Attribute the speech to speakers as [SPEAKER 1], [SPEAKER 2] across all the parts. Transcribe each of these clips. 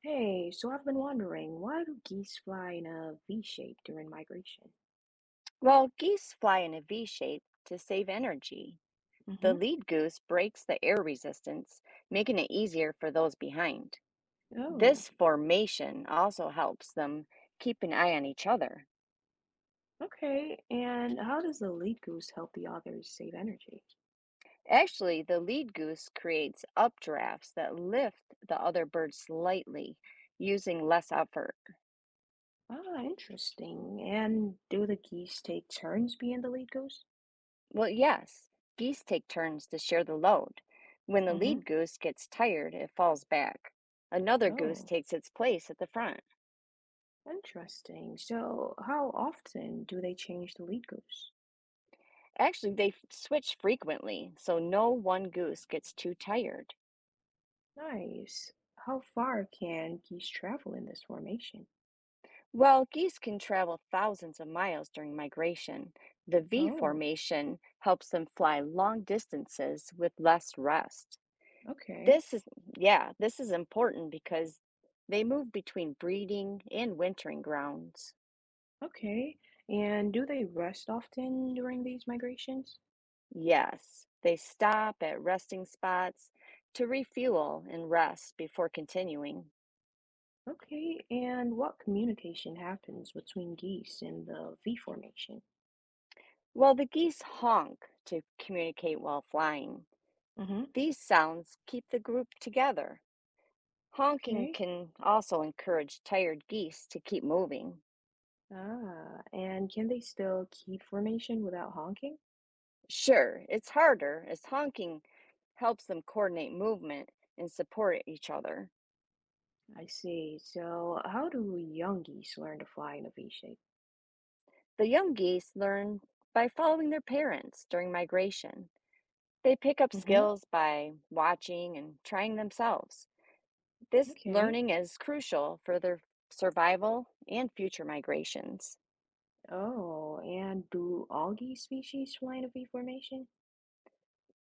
[SPEAKER 1] Hey, so I've been wondering, why do geese fly in a V shape during migration?
[SPEAKER 2] While geese fly in a V shape to save energy, the
[SPEAKER 1] Mm-hmm.
[SPEAKER 2] lead goose breaks the air resistance, making it easier for those behind.
[SPEAKER 1] Oh,
[SPEAKER 2] This formation also helps them keep an eye on each other.
[SPEAKER 1] okay. And how does the lead goose help the others save energy?
[SPEAKER 2] Actually, the lead goose creates updrafts that lift the other birds slightly, using less effort.
[SPEAKER 1] Ah, interesting. And do the geese take turns being the lead goose?
[SPEAKER 2] Well, yes, geese take turns to share the load. When the
[SPEAKER 1] Mm-hmm.
[SPEAKER 2] lead goose gets tired, it falls back. Another goose
[SPEAKER 1] Oh,
[SPEAKER 2] takes its place at the front.
[SPEAKER 1] interesting. So how often do they change the lead goose?
[SPEAKER 2] Actually, switch frequently, so no one goose gets too tired.
[SPEAKER 1] Nice. How far can geese travel in this formation?
[SPEAKER 2] While geese can travel thousands of miles during migration, the V
[SPEAKER 1] Oh,
[SPEAKER 2] formation helps them fly long distances with less rest.
[SPEAKER 1] okay.
[SPEAKER 2] This is, yeah, this is important because they move between breeding and wintering grounds.
[SPEAKER 1] Okay. And do they rest often during these migrations?
[SPEAKER 2] Yes, they stop at resting spots to refuel and rest before continuing.
[SPEAKER 1] Okay. And what communication happens between geese in the V formation?
[SPEAKER 2] Well, the geese honk to communicate while flying.
[SPEAKER 1] Hmm.
[SPEAKER 2] These sounds keep the group together. Honking
[SPEAKER 1] Okay.
[SPEAKER 2] can also encourage tired geese to keep moving.
[SPEAKER 1] Ah, and can they still keep formation without honking?
[SPEAKER 2] Sure, it's harder as honking helps them coordinate movement and support each other.
[SPEAKER 1] I see. So how do young geese learn to fly in a V shape?
[SPEAKER 2] The young geese learn by following their parents during migration. They pick up
[SPEAKER 1] Mm-hmm.
[SPEAKER 2] skills by watching and trying themselves. This
[SPEAKER 1] Okay.
[SPEAKER 2] learning is crucial for their survival and future migrations.
[SPEAKER 1] Oh, and do all geese species fly in a V formation?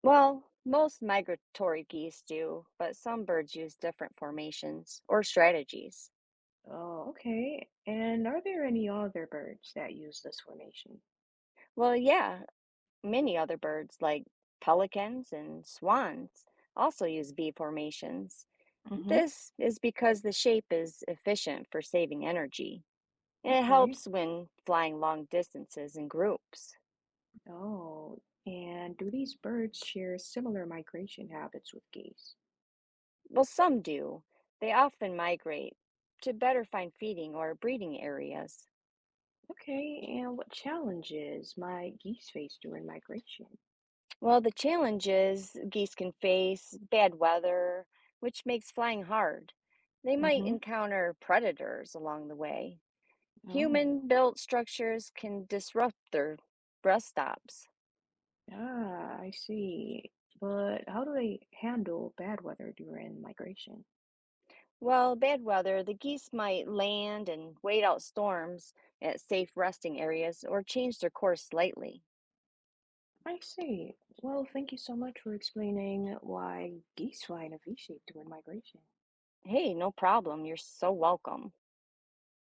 [SPEAKER 2] Well, most migratory geese do, but some birds use different formations or strategies.
[SPEAKER 1] Oh, okay. And are there any other birds that use this formation?
[SPEAKER 2] Well, yeah, many other birds, like pelicans and swans, also use V formations.
[SPEAKER 1] Mm-hmm.
[SPEAKER 2] This is because the shape is efficient for saving energy, and it
[SPEAKER 1] Okay.
[SPEAKER 2] helps when flying long distances in groups.
[SPEAKER 1] Oh, and do these birds share similar migration habits with geese?
[SPEAKER 2] Well, some do. They often migrate to better find feeding or breeding areas.
[SPEAKER 1] Okay, and what challenges might geese face during migration?
[SPEAKER 2] Well, the challenges geese can face bad weather, which makes flying hard. They might
[SPEAKER 1] Mm-hmm.
[SPEAKER 2] encounter predators along the way.
[SPEAKER 1] Oh,
[SPEAKER 2] Human built structures can disrupt their rest stops.
[SPEAKER 1] ah, I see. But how do they handle bad weather during migration?
[SPEAKER 2] While bad weather, the geese might land and wait out storms at safe resting areas or change their course slightly.
[SPEAKER 1] I see. Well, thank you so much for explaining why geese fly in a V shape during migration.
[SPEAKER 2] Hey, no problem. You're so welcome.